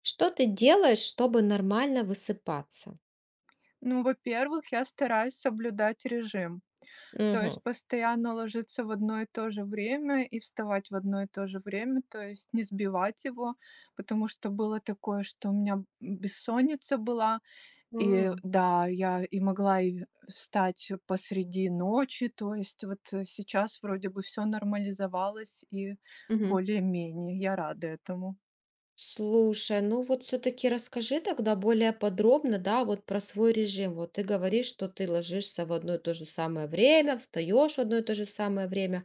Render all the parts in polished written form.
Что ты делаешь, чтобы нормально высыпаться? Ну, во-первых, я стараюсь соблюдать режим. То Мгм. есть постоянно ложиться в одно и то же время и вставать в одно и то же время, то есть не сбивать его, потому что было такое, что у меня бессонница была, и М, да, я и могла и встать посреди ночи, то есть вот сейчас вроде бы все нормализовалось и мгм. более-менее, я рада этому. Слушай, ну вот все-таки расскажи тогда более подробно, да, вот про свой режим. Вот ты говоришь, что ты ложишься в одно и то же самое время, встаешь в одно и то же самое время.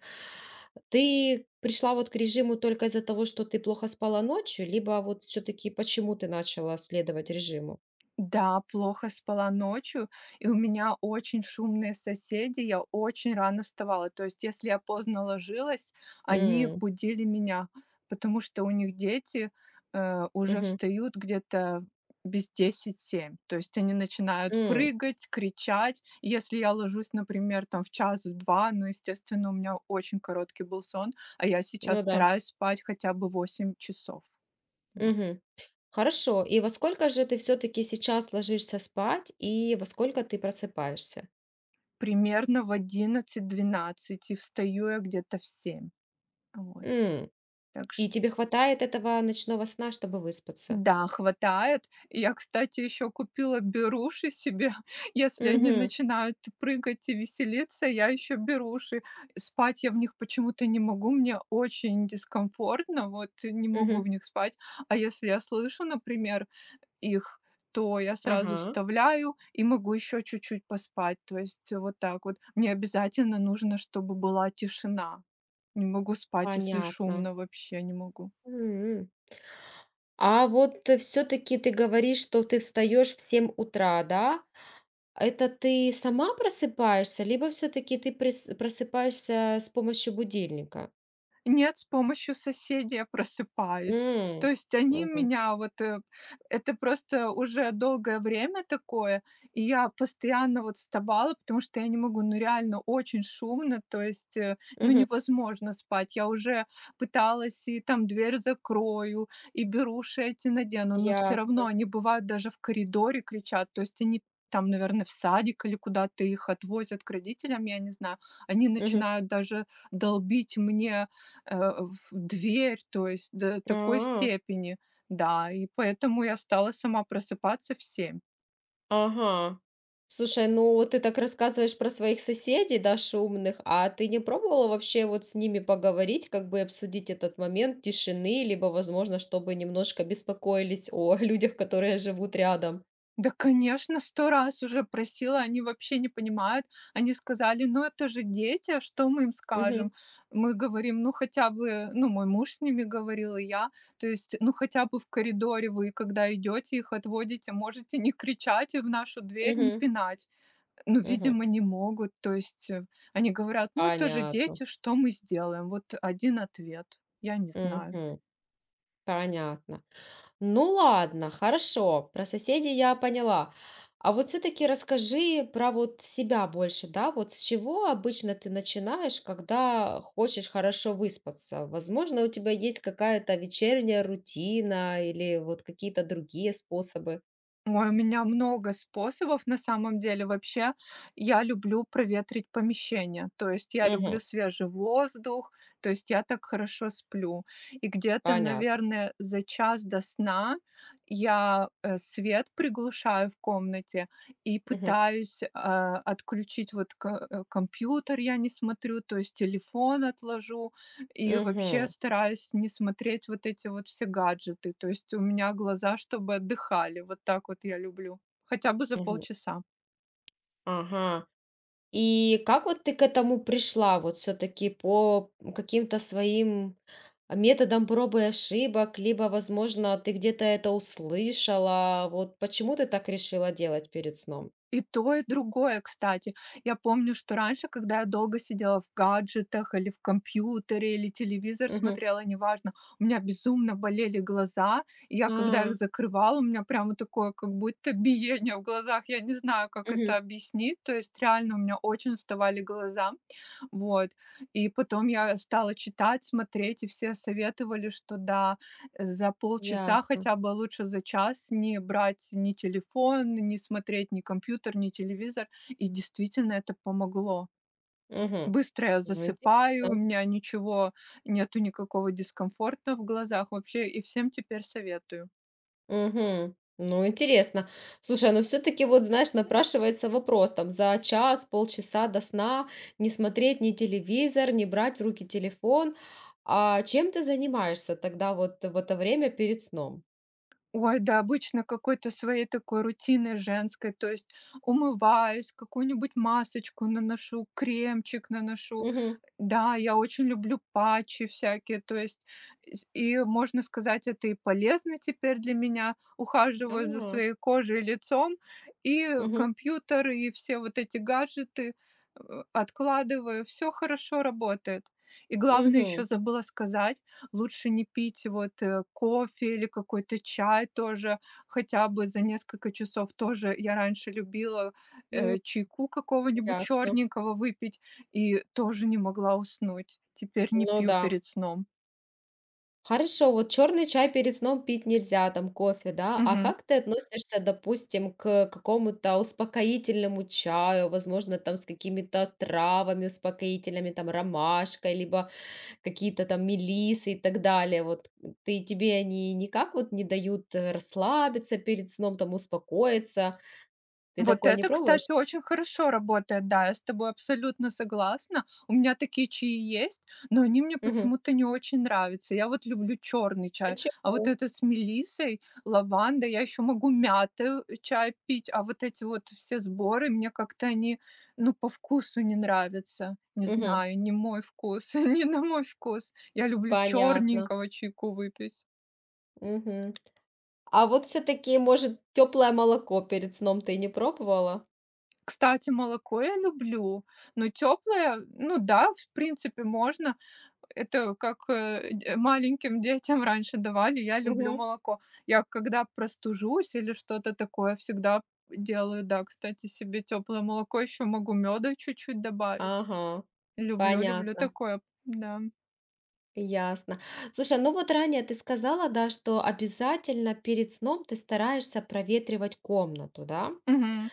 Ты пришла вот к режиму только из-за того, что ты плохо спала ночью, либо вот все-таки почему ты начала следовать режиму? Да, плохо спала ночью, и у меня очень шумные соседи, я очень рано вставала. То есть, если я поздно ложилась, они М, будили меня, потому что у них дети уже мгм, встают где-то без 10 семь. То есть они начинают м, прыгать, кричать. И если я ложусь, например, там в час-два, ну, естественно, у меня очень короткий был сон, а я сейчас ну да. стараюсь спать хотя бы 8 часов. Вот. Мгм. Хорошо. И во сколько же ты все-таки сейчас ложишься спать и во сколько ты просыпаешься? Примерно в 11-12 и встаю я где-то в 7. Вот. М, Так что и тебе хватает этого ночного сна, чтобы выспаться? да, хватает. Я, кстати, еще купила беруши себе. Если они Мгм. начинают прыгать и веселиться, я еще беруши. Спать я в них почему-то не могу, мне очень дискомфортно, вот не могу Мгм. в них спать. А если я слышу, например, их, то я сразу Ага. вставляю и могу еще чуть-чуть поспать. То есть вот так вот. Мне обязательно нужно, чтобы была тишина. Не могу спать, если Понятно. шумно, вообще не могу. М. А вот все-таки ты говоришь, что ты встаешь в 7 утра, да? Это ты сама просыпаешься, либо все-таки ты просыпаешься с помощью будильника? Нет, с помощью соседей я просыпаюсь. То М, есть они мгм. меня вот, это просто уже долгое время такое, и я постоянно вот вставала, потому что я не могу, ну реально очень шумно, то есть, ну Мгм. невозможно спать. Я уже пыталась и там дверь закрою, и беруши эти надену, но все Ясно. равно они бывают даже в коридоре кричат, то есть они там, наверное, в садик или куда-то их отвозят к родителям, я не знаю. Они Мгм. начинают даже долбить мне э, в дверь, то есть до такой А. степени. Да, и поэтому я стала сама просыпаться в 7. Ага. Слушай, ну вот ты так рассказываешь про своих соседей, да, шумных, а ты не пробовала вообще вот с ними поговорить, как бы обсудить этот момент тишины, либо, возможно, чтобы немножко беспокоились о людях, которые живут рядом? Да, конечно, сто раз уже просила, они вообще не понимают. Они сказали: "Ну, это же дети, а что мы им скажем?" Угу, Мы говорим: "Ну, хотя бы", ну, мой муж с ними говорил, и я. То есть, ну, хотя бы в коридоре вы, когда идете, их отводите, можете не кричать и в нашу дверь, не угу, пинать. Ну, угу, видимо, не могут. То есть, они говорят: "Ну, это же понятно. дети, что мы сделаем?" Вот один ответ. Я не знаю. Угу, понятно. Ну ладно, хорошо, про соседей я поняла. А вот все-таки расскажи про вот себя больше, да, вот с чего обычно ты начинаешь, когда хочешь хорошо выспаться? Возможно, у тебя есть какая-то вечерняя рутина или вот какие-то другие способы. Ой, у меня много способов на самом деле. Вообще, я люблю проветрить помещение, то есть я люблю Мгм. свежий воздух, то есть я так хорошо сплю. И где-то, Понятно. наверное, за час до сна я свет приглушаю в комнате и Мгм. пытаюсь отключить вот компьютер, я не смотрю, то есть телефон отложу, и вообще Мгм. стараюсь не смотреть вот эти вот все гаджеты. То есть у меня глаза чтобы отдыхали. Вот так вот я люблю. Хотя бы за Мгм. полчаса. Ага. И как вот ты к этому пришла? Вот все-таки по каким-то своим методам пробы и ошибок, либо, возможно, ты где-то это услышала. Вот почему ты так решила делать перед сном? И то, и другое, кстати. Я помню, что раньше, когда я долго сидела в гаджетах или в компьютере, или телевизор Мгм. смотрела, неважно, у меня безумно болели глаза. И я, когда их А, закрывала, у меня прямо такое, как будто биение в глазах. Я не знаю, как это мгм, объяснить. То есть реально у меня очень уставали глаза. Вот. И потом я стала читать, смотреть, и все советовали, что да, за полчаса, ясно. хотя бы а лучше за час, не брать ни телефон, не смотреть ни компьютер, ни телевизор. И действительно это помогло. Мгм. Быстро я Ну, засыпаю, у интересно. меня ничего, нету никакого дискомфорта в глазах вообще, и всем теперь советую. Мгм. Ну, интересно. Слушай, а, ну все-таки вот, знаешь, напрашивается вопрос, там, за час, полчаса до сна не смотреть ни телевизор, не брать в руки телефон. А чем ты занимаешься тогда вот в это время перед сном? Ой, да обычно какой-то своей такой рутины женской, то есть умываюсь, какую-нибудь масочку наношу, кремчик наношу. Мгм. Да, я очень люблю патчи всякие, то есть можно сказать, это и полезно теперь для меня. Ухаживаю за А, своей кожей и лицом, и мгм, компьютер, и все вот эти гаджеты, откладываю. Все хорошо работает. И главное еще мгм. забыла сказать, лучше не пить вот, кофе или какой-то чай тоже хотя бы за несколько часов. Тоже я раньше любила, М, чайку какого-нибудь ясно. черненького выпить и тоже не могла уснуть. Теперь не Ну пью да. перед сном. Хорошо, вот черный чай перед сном пить нельзя, там кофе, да. А Мгм. как ты относишься, допустим, к какому-то успокоительному чаю, возможно, там с какими-то травами успокоительными, там ромашкой, либо какие-то там мелисы и так далее? Вот ты тебе они никак вот не дают расслабиться перед сном, там успокоиться? Ты Вот такое не это, пробуешь? кстати, очень хорошо работает. Да, я с тобой абсолютно согласна. У меня такие чаи есть, но они мне Мгм. почему-то не очень нравятся. Я вот люблю черный чай, а вот Почему? это с мелиссой, лавандой, я еще могу мяты чай пить, а вот эти вот все сборы, мне как-то они, ну, по вкусу не нравятся. Не Мгм. знаю, не мой вкус, не на мой вкус. Я люблю Понятно. черненького чайку выпить. Мгм. А вот все-таки, может, теплое молоко перед сном ты не пробовала? Кстати, молоко я люблю, но теплое, ну да, в принципе, можно. Это как, э, д маленьким детям раньше давали. Я люблю Мгм. молоко. Я когда простужусь или что-то такое, всегда делаю, да, кстати, себе теплое молоко. Еще могу меда чуть-чуть добавить. Ага. Люблю Понятно. такое, да. Ясно. Слушай, ну вот ранее ты сказала, да, что обязательно перед сном ты стараешься проветривать комнату, да? Мгм.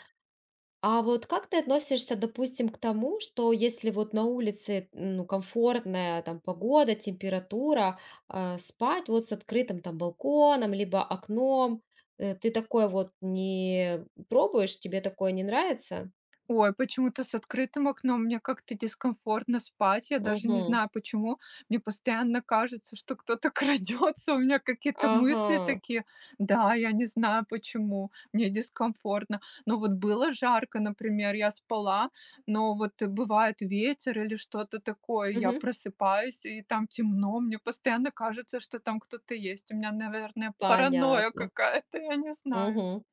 А вот как ты относишься, допустим, к тому, что если вот на улице, ну, комфортная там погода, температура, а, спать вот с открытым там балконом, либо окном, ты такое вот не пробуешь, тебе такое не нравится? Ой, почему-то с открытым окном мне как-то дискомфортно спать. Я даже не Угу. знаю почему. Мне постоянно кажется, что кто-то крадется. У меня какие-то мысли Ага. такие. Да, я не знаю почему. Мне дискомфортно. Но вот было жарко, например, я спала, но вот бывает ветер или что-то такое. Я Мгм. просыпаюсь, и там темно. Мне постоянно кажется, что там кто-то есть. У меня, наверное, паранойя Понятно. какая-то, я не знаю. Мгм.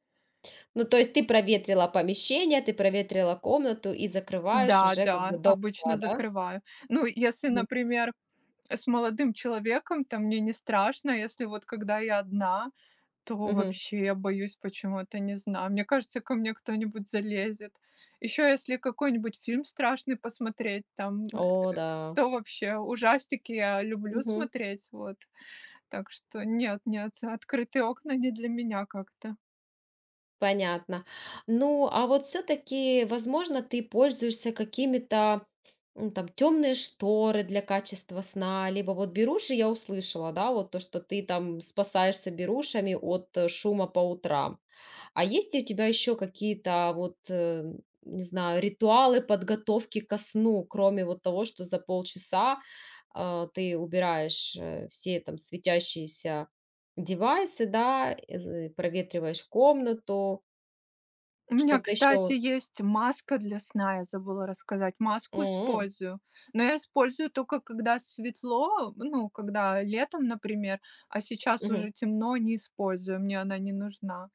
Ну, то есть ты проветрила помещение, ты проветрила комнату и закрываешь Да, уже как бы да, до утра, обычно да? закрываю. Ну, если, Мгм. например, с молодым человеком, то мне не страшно. Если вот когда я одна, то Мгм. вообще я боюсь почему-то, не знаю. Мне кажется, ко мне кто-нибудь залезет. Еще если какой-нибудь фильм страшный посмотреть, там, О да. то вообще ужастики я люблю Мгм. смотреть, вот. Так что нет, нет, открытые окна не для меня как-то. Понятно. Ну, а вот все-таки, возможно, ты пользуешься какими-то м, там темные шторы для качества сна, либо вот беруши я услышала, да, вот то, что ты там спасаешься берушами от шума по утрам. А есть ли у тебя еще какие-то вот, э, не знаю, ритуалы подготовки ко сну, кроме вот того, что за полчаса, а, ты убираешь, все там светящиеся девайсы, да, проветриваешь комнату, У меня, что-то кстати, еще? есть маска для сна, я забыла рассказать. Маску использую, но я использую только когда светло, ну, когда летом, например, а сейчас уже темно, не использую, мне она не нужна.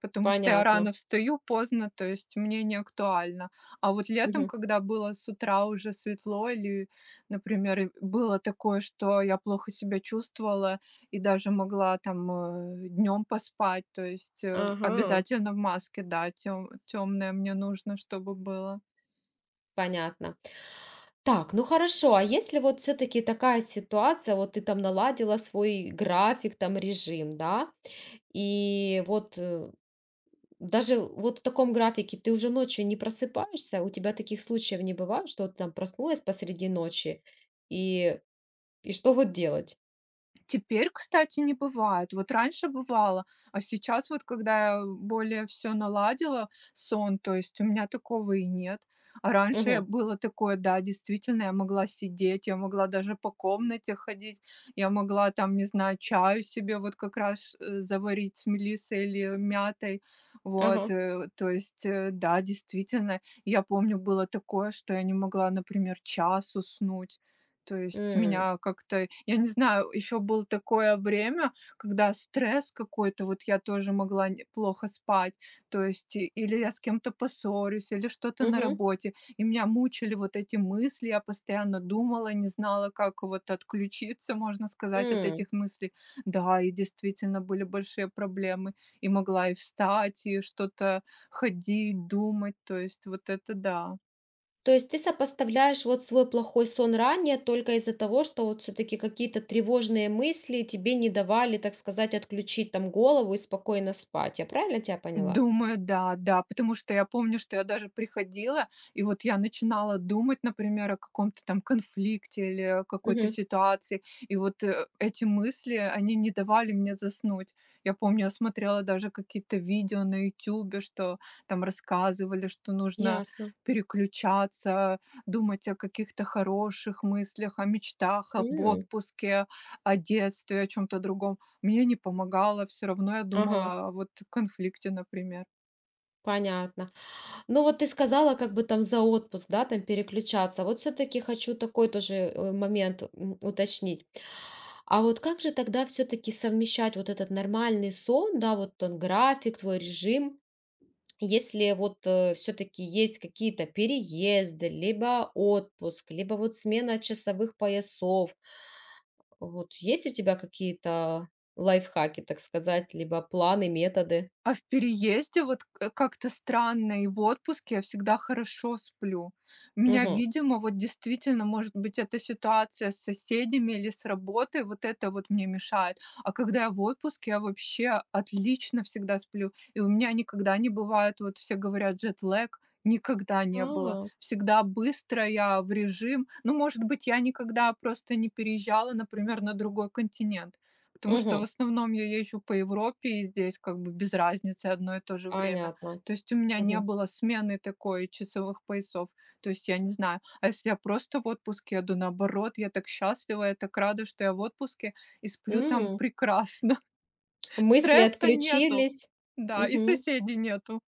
Потому что я Понятно. рано встаю, поздно, то есть мне не актуально. А вот летом, Мгм. когда было с утра уже светло или, например, и было такое, что я плохо себя чувствовала и даже могла там, днем поспать, то есть, Ага. обязательно в маске, да, тем темное мне нужно, чтобы было. Понятно. Так, ну хорошо, а если вот все-таки такая ситуация, вот ты там наладила свой график, там режим, да, и вот, даже вот в таком графике ты уже ночью не просыпаешься, у тебя таких случаев не бывает, что ты там проснулась посреди ночи, и, и что вот делать? Теперь, кстати, не бывает. Вот раньше бывало, а сейчас вот, когда я более все наладила, сон, то есть у меня такого и нет. А раньше я Мгм. было такое, да, действительно, я могла сидеть, я могла даже по комнате ходить, я могла там, не знаю, чаю себе вот как раз, заварить с мелиссой или мятой. Вот, Ага. То есть, да, действительно, я помню, было такое, что я не могла, например, час уснуть. То есть М. меня как-то, я не знаю, еще было такое время, когда стресс какой-то, вот я тоже могла плохо спать, то есть или я с кем-то поссорюсь, или что-то на Мгм. работе, и меня мучили вот эти мысли, я постоянно думала, не знала, как вот отключиться, можно сказать, от этих М. мыслей. Да, и действительно были большие проблемы, и могла и встать, и что-то ходить, думать, то есть вот это да. То есть ты сопоставляешь вот свой плохой сон ранее только из-за того, что вот все-таки какие-то тревожные мысли тебе не давали, так сказать, отключить там голову и спокойно спать. Я правильно тебя поняла? Думаю, да, да, потому что я помню, что я даже приходила, и вот я начинала думать, например, о каком-то там конфликте или о какой-то Мгм. ситуации, и вот эти мысли, они не давали мне заснуть. Я помню, я смотрела даже какие-то видео на Ютубе, что там рассказывали, что нужно Ясно. переключаться, думать о каких-то хороших мыслях, о мечтах, об М. отпуске, о детстве, о чем-то другом. Мне не помогало, все равно я Ага. думала о вот конфликте, например. Понятно. Ну вот ты сказала, как бы там за отпуск, да, там переключаться. Вот все-таки хочу такой тоже момент уточнить. А вот как же тогда все-таки совмещать вот этот нормальный сон, да, вот он график, твой режим, если вот все-таки есть какие-то переезды, либо отпуск, либо вот смена часовых поясов. Вот есть у тебя какие-то лайфхаки, так сказать, либо планы, методы? А в переезде вот к как-то странно, и в отпуске я всегда хорошо сплю. Меня, Угу. видимо, вот действительно, может быть, эта ситуация с соседями или с работой, вот это вот мне мешает. А когда я в отпуске, я вообще отлично всегда сплю. И у меня никогда не бывает, вот все говорят, джетлаг. Никогда не было. Угу. Всегда быстро я в режим. Ну, может быть, я никогда просто не переезжала, например, на другой континент. Потому что в основном я езжу по Европе и здесь как бы без разницы одно и то же время. Понятно. То есть у меня не Мгм. было смены такой часовых поясов. То есть я не знаю, а если я просто в отпуске еду, наоборот, я так счастлива, я так рада, что я в отпуске и сплю там М, прекрасно. мысли Стресса нету, отключились. да, и Мгм, соседей нету.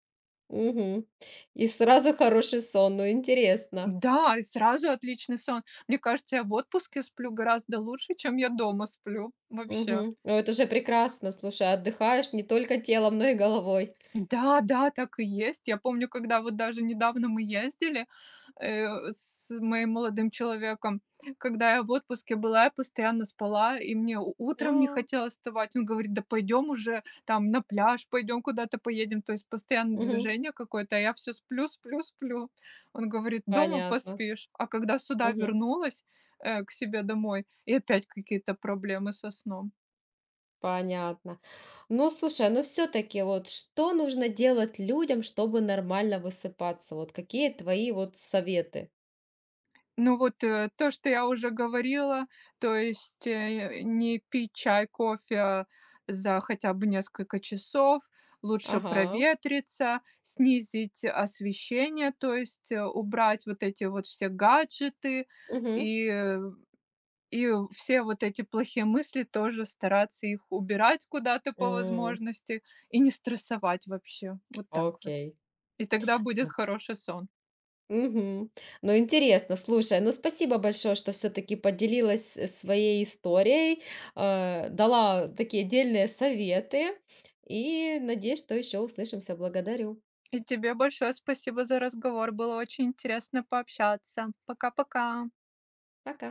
мгм. И сразу хороший сон. Ну, интересно. Да, и сразу отличный сон. Мне кажется, я в отпуске сплю гораздо лучше, чем я дома сплю вообще. Мгм. Ну, это же прекрасно. Слушай, отдыхаешь не только телом, но и головой. Да, да, так и есть. Я помню, когда вот даже недавно мы ездили, э, с моим молодым человеком, когда я в отпуске была, я постоянно спала, и мне утром не А, хотелось вставать. Он говорит, да пойдем уже там на пляж, пойдем куда-то поедем. То есть постоянно мгм. движение какое-то, а я все сплю, сплю, сплю. Он говорит, дома Понятно. поспишь. А когда сюда Мгм. вернулась, к себе домой, и опять какие-то проблемы со сном. Понятно. Ну, слушай, ну все-таки вот что нужно делать людям, чтобы нормально высыпаться? Вот какие твои вот советы? Ну вот, то, что я уже говорила, то есть, не пить чай, кофе а за хотя бы несколько часов, лучше Ага. проветриться, снизить освещение, то есть, убрать вот эти вот все гаджеты Мгм. и, э, и все вот эти плохие мысли тоже стараться их убирать куда-то по М, возможности и не стрессовать вообще. Вот так вот. окей. И тогда будет хороший сон. Мгм. Ну, интересно, слушай, ну спасибо большое, что все-таки поделилась своей историей, дала такие отдельные советы и надеюсь, что еще услышимся. Благодарю. И тебе большое спасибо за разговор. Было очень интересно пообщаться. Пока-пока. Пока.